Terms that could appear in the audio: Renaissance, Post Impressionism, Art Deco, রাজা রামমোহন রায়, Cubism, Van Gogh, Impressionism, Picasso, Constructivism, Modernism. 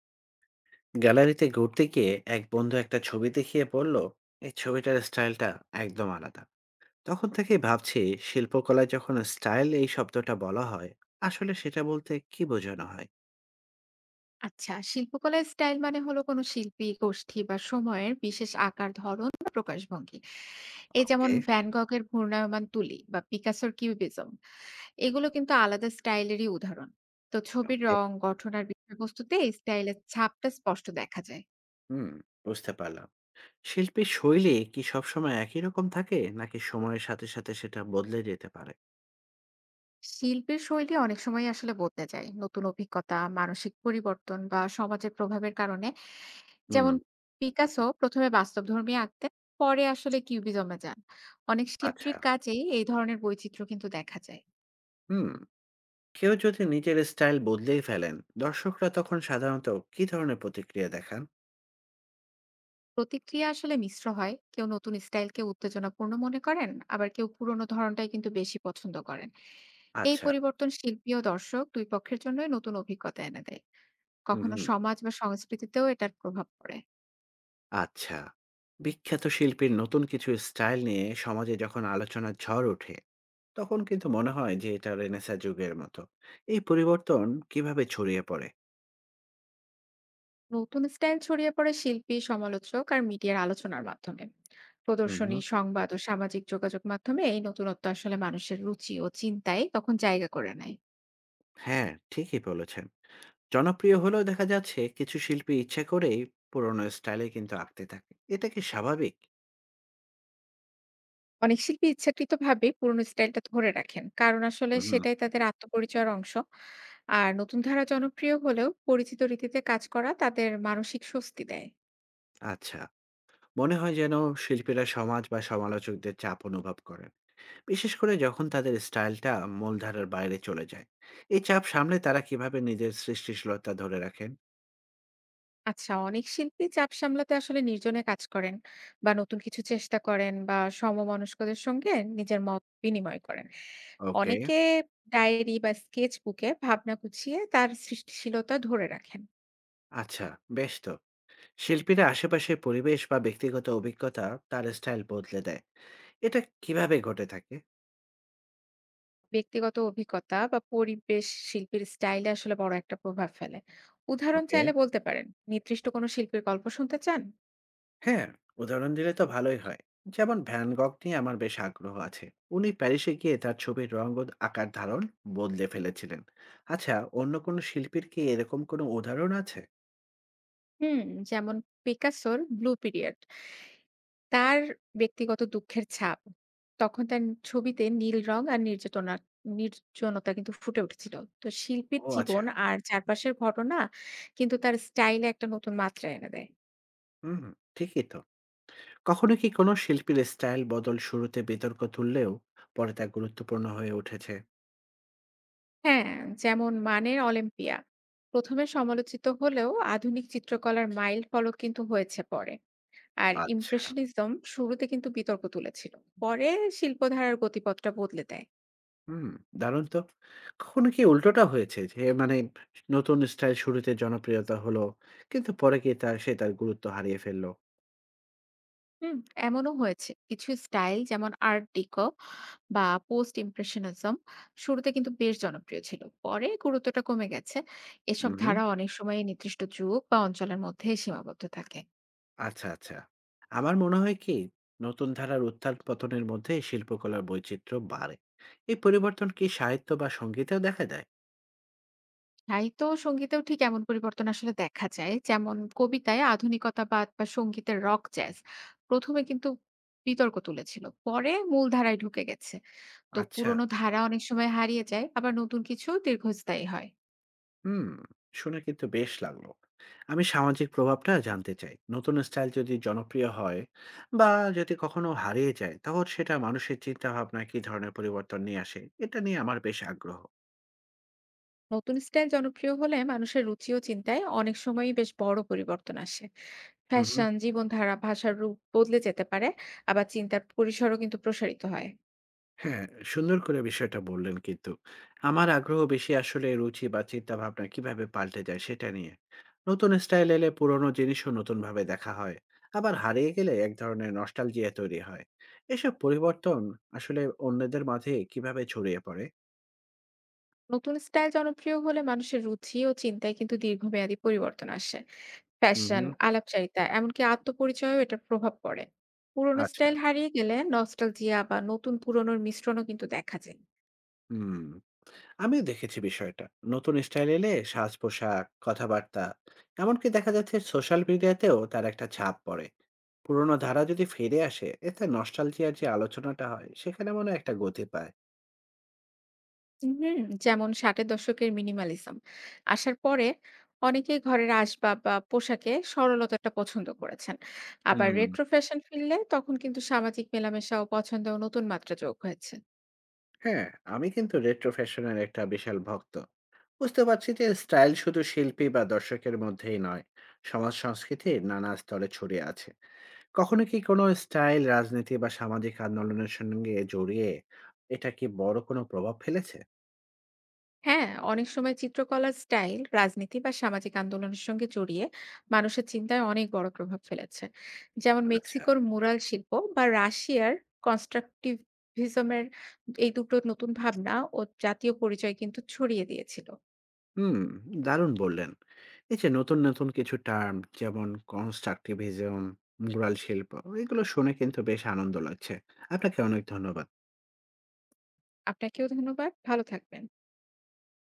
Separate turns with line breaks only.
গ্যালারিতে ঘুরতে গিয়ে এক বন্ধু একটা ছবি দেখিয়ে বলল, এই ছবিটার স্টাইলটা একদম আলাদা। তখন থেকেই ভাবছি, শিল্পকলায় যখন স্টাইল এই শব্দটা বলা হয়, আসলে সেটা বলতে কি বোঝানো হয়?
আচ্ছা শিল্পকলার স্টাইল মানে হলো কোনো শিল্পী গোষ্ঠী বা সময়ের বিশেষ আকার ধরন বা প্রকাশভঙ্গি। এই যেমন
ওকে।
ভ্যান গগের ঘূর্ণায়মান তুলি বা পিকাসোর কিউবিজম, এগুলো কিন্তু আলাদা স্টাইলেরই উদাহরণ। তো ছবির
ওকে।
রং গঠন আর বিষয়বস্তুতে এই স্টাইলের ছাপটা স্পষ্ট দেখা যায়।
হুম, বুঝতে পারলাম। শিল্পীর শৈলী কি সবসময় একই রকম থাকে, নাকি সময়ের সাথে সাথে সেটা বদলে যেতে পারে?
শিল্পের শৈলী অনেক সময় আসলে বদলে যায় নতুন অভিজ্ঞতা মানসিক পরিবর্তন বা সমাজের প্রভাবের কারণে।
হুম।
যেমন পিকাসো প্রথমে বাস্তবধর্মী আঁকতেন, পরে আসলে কিউবিজমে যান। অনেক শিল্পীর
আচ্ছা।
কাজেই এই ধরনের বৈচিত্র্য কিন্তু দেখা যায়।
হুম। কেউ যদি নিজের স্টাইল বদলেই ফেলেন, দর্শকরা তখন সাধারণত কি ধরনের প্রতিক্রিয়া দেখান?
প্রতিক্রিয়া আসলে মিশ্র হয়। কেউ নতুন স্টাইলকে উত্তেজনাপূর্ণ মনে করেন, আবার কেউ পুরোনো ধরনটাই কিন্তু বেশি পছন্দ করেন। এই
আচ্ছা।
পরিবর্তন শিল্পী ও দর্শক দুই পক্ষের জন্যই নতুন অভিজ্ঞতা এনে দেয়। কখনো
হুম।
সমাজ বা সংস্কৃতিতেও এটার প্রভাব পড়ে।
আচ্ছা। বিখ্যাত শিল্পীর নতুন কিছু স্টাইল নিয়ে সমাজে যখন আলোচনার ঝড় ওঠে, তখন কিন্তু মনে হয় যে এটা রেনেসাঁ যুগের মতো। এই পরিবর্তন কিভাবে ছড়িয়ে পড়ে?
নতুন স্টাইল ছড়িয়ে পড়ে শিল্পী সমালোচক আর মিডিয়ার আলোচনার মাধ্যমে।
হুম, হুম।
প্রদর্শনী সংবাদ ও সামাজিক যোগাযোগ মাধ্যমে এই নতুনত্ব আসলে মানুষের রুচি ও চিন্তায় তখন জায়গা করে নেয়।
হ্যাঁ, ঠিকই বলেছেন। জনপ্রিয় হলেও দেখা যাচ্ছে কিছু শিল্পী ইচ্ছা করেই পুরনো স্টাইলে কিন্তু আঁকতে থাকে। এটা কি স্বাভাবিক?
অনেক শিল্পী ইচ্ছাকৃতভাবে পুরনো স্টাইলটা ধরে রাখেন কারণ আসলে
হুম, হুম।
সেটাই তাদের আত্মপরিচয়ের অংশ। আর নতুন ধারা জনপ্রিয় হলেও পরিচিত রীতিতে কাজ করা তাদের মানসিক স্বস্তি দেয়।
আচ্ছা। মনে হয় যেন শিল্পীরা সমাজ বা সমালোচকদের চাপ অনুভব করেন। বিশেষ করে যখন তাদের স্টাইলটা মূলধারার বাইরে চলে যায়, এই চাপ সামলে তারা কিভাবে নিজের সৃষ্টিশীলতা ধরে রাখেন?
আচ্ছা, অনেক শিল্পী চাপ সামলাতে আসলে নির্জনে কাজ করেন বা নতুন কিছু চেষ্টা করেন বা সমমনস্কদের সঙ্গে নিজের মত বিনিময় করেন।
ওকে।
অনেকে ডায়েরি বা স্কেচ বুকে ভাবনা গুছিয়ে তার সৃষ্টিশীলতা ধরে রাখেন।
আচ্ছা, বেশ তো। শিল্পীরা আশেপাশের পরিবেশ বা ব্যক্তিগত অভিজ্ঞতা তার স্টাইল বদলে দেয়, এটা কিভাবে ঘটে থাকে?
ব্যক্তিগত অভিজ্ঞতা বা পরিবেশ শিল্পীর স্টাইলে আসলে বড় একটা প্রভাব ফেলে। উদাহরণ
ওকে।
চাইলে বলতে পারেন। নির্দিষ্ট কোনো শিল্পীর গল্প শুনতে চান?
হ্যাঁ, উদাহরণ দিলে তো ভালোই হয়। যেমন ভ্যান গগ নিয়ে আমার বেশ আগ্রহ আছে। উনি প্যারিসে গিয়ে তার ছবির রঙ ও আকার ধারণ বদলে ফেলেছিলেন। আচ্ছা, অন্য কোনো শিল্পীর কি এরকম কোনো উদাহরণ আছে?
হুম, যেমন পিকাসোর ব্লু পিরিয়ড। তার ব্যক্তিগত দুঃখের ছাপ। তখন তার ছবিতে নীল রং আর নির্যাতনা নির্জনতা কিন্তু ফুটে উঠেছিল। তো শিল্পীর
ও আচ্ছা।
জীবন আর চারপাশের ঘটনা কিন্তু তার স্টাইলে একটা নতুন মাত্রা এনে দেয়।
হুম, ঠিকই তো। কখনো কি কোনো শিল্পীর স্টাইল বদল শুরুতে বিতর্ক তুললেও পরে তা গুরুত্বপূর্ণ হয়ে উঠেছে?
হ্যাঁ, যেমন মানের 'অলিম্পিয়া' ১ম এ সমালোচিত হলেও আধুনিক চিত্রকলার মাইল ফলক কিন্তু হয়েছে পরে। আর
আচ্ছা।
ইমপ্রেশনিজম শুরুতে কিন্তু বিতর্ক তুলেছিল। পরে শিল্পধারার গতিপথটা বদলে দেয়।
হুম, দারুণ তো। কখনো কি উল্টোটা হয়েছে? যে মানে, নতুন স্টাইল শুরুতে জনপ্রিয়তা হলো, কিন্তু পরে গিয়ে তা সে তার গুরুত্ব হারিয়ে ফেলল?
হুম, এমনও হয়েছে। কিছু স্টাইল যেমন আর্ট ডিকো বা পোস্ট ইমপ্রেশনিজম শুরুতে কিন্তু বেশ জনপ্রিয় ছিল। পরে গুরুত্বটা কমে গেছে। এসব
উহুম।
ধারা অনেক সময় নির্দিষ্ট যুগ বা অঞ্চলের মধ্যে সীমাবদ্ধ থাকে।
আচ্ছা, আচ্ছা। আমার মনে হয় কি, নতুন ধারার উত্থান-পতনের মধ্যে শিল্পকলার বৈচিত্র্য বাড়ে। এই পরিবর্তন কি সাহিত্য বা সংগীতেও দেখা দেয়?
সাহিত্য ও সঙ্গীতেও ঠিক এমন পরিবর্তন আসলে দেখা যায়। যেমন কবিতায় আধুনিকতাবাদ বা সঙ্গীতের রক জ্যাজ প্রথমে কিন্তু বিতর্ক তুলেছিল। পরে মূল ধারায় ঢুকে গেছে। তো
আচ্ছা।
পুরোনো ধারা অনেক সময় হারিয়ে যায়, আবার নতুন কিছু দীর্ঘস্থায়ী হয়।
হুম, শুনে কিন্তু বেশ লাগলো। আমি সামাজিক প্রভাবটা জানতে চাই। নতুন স্টাইল যদি জনপ্রিয় হয়, বা যদি কখনো হারিয়ে যায়, তখন সেটা মানুষের চিন্তা ভাবনা কি ধরনের পরিবর্তন নিয়ে আসে, এটা নিয়ে আমার বেশ আগ্রহ।
নতুন স্টাইল জনপ্রিয় হলে মানুষের রুচি ও চিন্তায় অনেক সময়ই বেশ বড় পরিবর্তন আসে।
হুম।
ফ্যাশন জীবনধারা ভাষার রূপ বদলে যেতে পারে। আবার চিন্তার পরিসরও কিন্তু প্রসারিত হয়।
হ্যাঁ, সুন্দর করে বিষয়টা বললেন কিন্তু। আমার আগ্রহ বেশি আসলে রুচি বা চিন্তাভাবনা কিভাবে পাল্টে যায় সেটা নিয়ে। নতুন স্টাইল এলে পুরনো জিনিসও নতুনভাবে দেখা হয়। আবার হারিয়ে গেলে এক ধরনের নস্টালজিয়া তৈরি হয়। এসব পরিবর্তন আসলে অন্যদের মাঝে কিভাবে ছড়িয়ে পড়ে?
নতুন স্টাইল জনপ্রিয় হলে মানুষের রুচি ও চিন্তায় কিন্তু দীর্ঘমেয়াদী পরিবর্তন আসে।
হুম,
ফ্যাশন
হুম।
আলাপচারিতা এমনকি আত্মপরিচয়ও এটার প্রভাব পড়ে। পুরোনো
আচ্ছা।
স্টাইল হারিয়ে গেলে নস্টালজিয়া বা নতুন পুরনোর মিশ্রণও কিন্তু দেখা যায়।
হুম। আমিও দেখেছি বিষয়টা। নতুন স্টাইল এলে সাজ পোশাক কথাবার্তা, এমনকি দেখা যাচ্ছে সোশ্যাল মিডিয়াতেও তার একটা ছাপ পড়ে। পুরোনো ধারা যদি ফিরে আসে, এতে নস্টালজিয়ার যে আলোচনাটা হয়, সেখানে মনে হয় একটা গতি পায়।
হুম, যেমন ষাটের দশকের মিনিমালিজম আসার পরে অনেকেই ঘরের আসবাব বা পোশাকে সরলতাটা পছন্দ করেছেন। আবার
হুম।
রেট্রো ফ্যাশন ফিরলে তখন কিন্তু সামাজিক মেলামেশা ও পছন্দ নতুন মাত্রা যোগ হয়েছে।
হ্যাঁ, আমি কিন্তু রেট্রো ফ্যাশনের একটা বিশাল ভক্ত। বুঝতে পারছি যে স্টাইল শুধু শিল্পী বা দর্শকের মধ্যেই নয়, সমাজ সংস্কৃতির নানা স্তরে ছড়িয়ে আছে। কখনো কি কোনো স্টাইল রাজনীতি বা সামাজিক আন্দোলনের সঙ্গে জড়িয়ে এটা কি বড় কোনো প্রভাব ফেলেছে?
হ্যাঁ, অনেক সময় চিত্রকলার স্টাইল রাজনীতি বা সামাজিক আন্দোলনের সঙ্গে জড়িয়ে মানুষের চিন্তায় অনেক বড় প্রভাব ফেলেছে। যেমন
আচ্ছা।
মেক্সিকোর মুরাল শিল্প বা রাশিয়ার কনস্ট্রাকটিভিজমের এই দুটো নতুন ভাবনা ও জাতীয় পরিচয় কিন্তু ছড়িয়ে দিয়েছিল।
হুম, দারুণ বললেন। এই যে নতুন, নতুন কিছু টার্ম, যেমন কনস্ট্রাকটিভিজম, মুরাল শিল্প, এগুলো শুনে কিন্তু বেশ আনন্দ লাগছে। আপনাকে অনেক ধন্যবাদ।
আপনাকেও ধন্যবাদ। ভালো থাকবেন।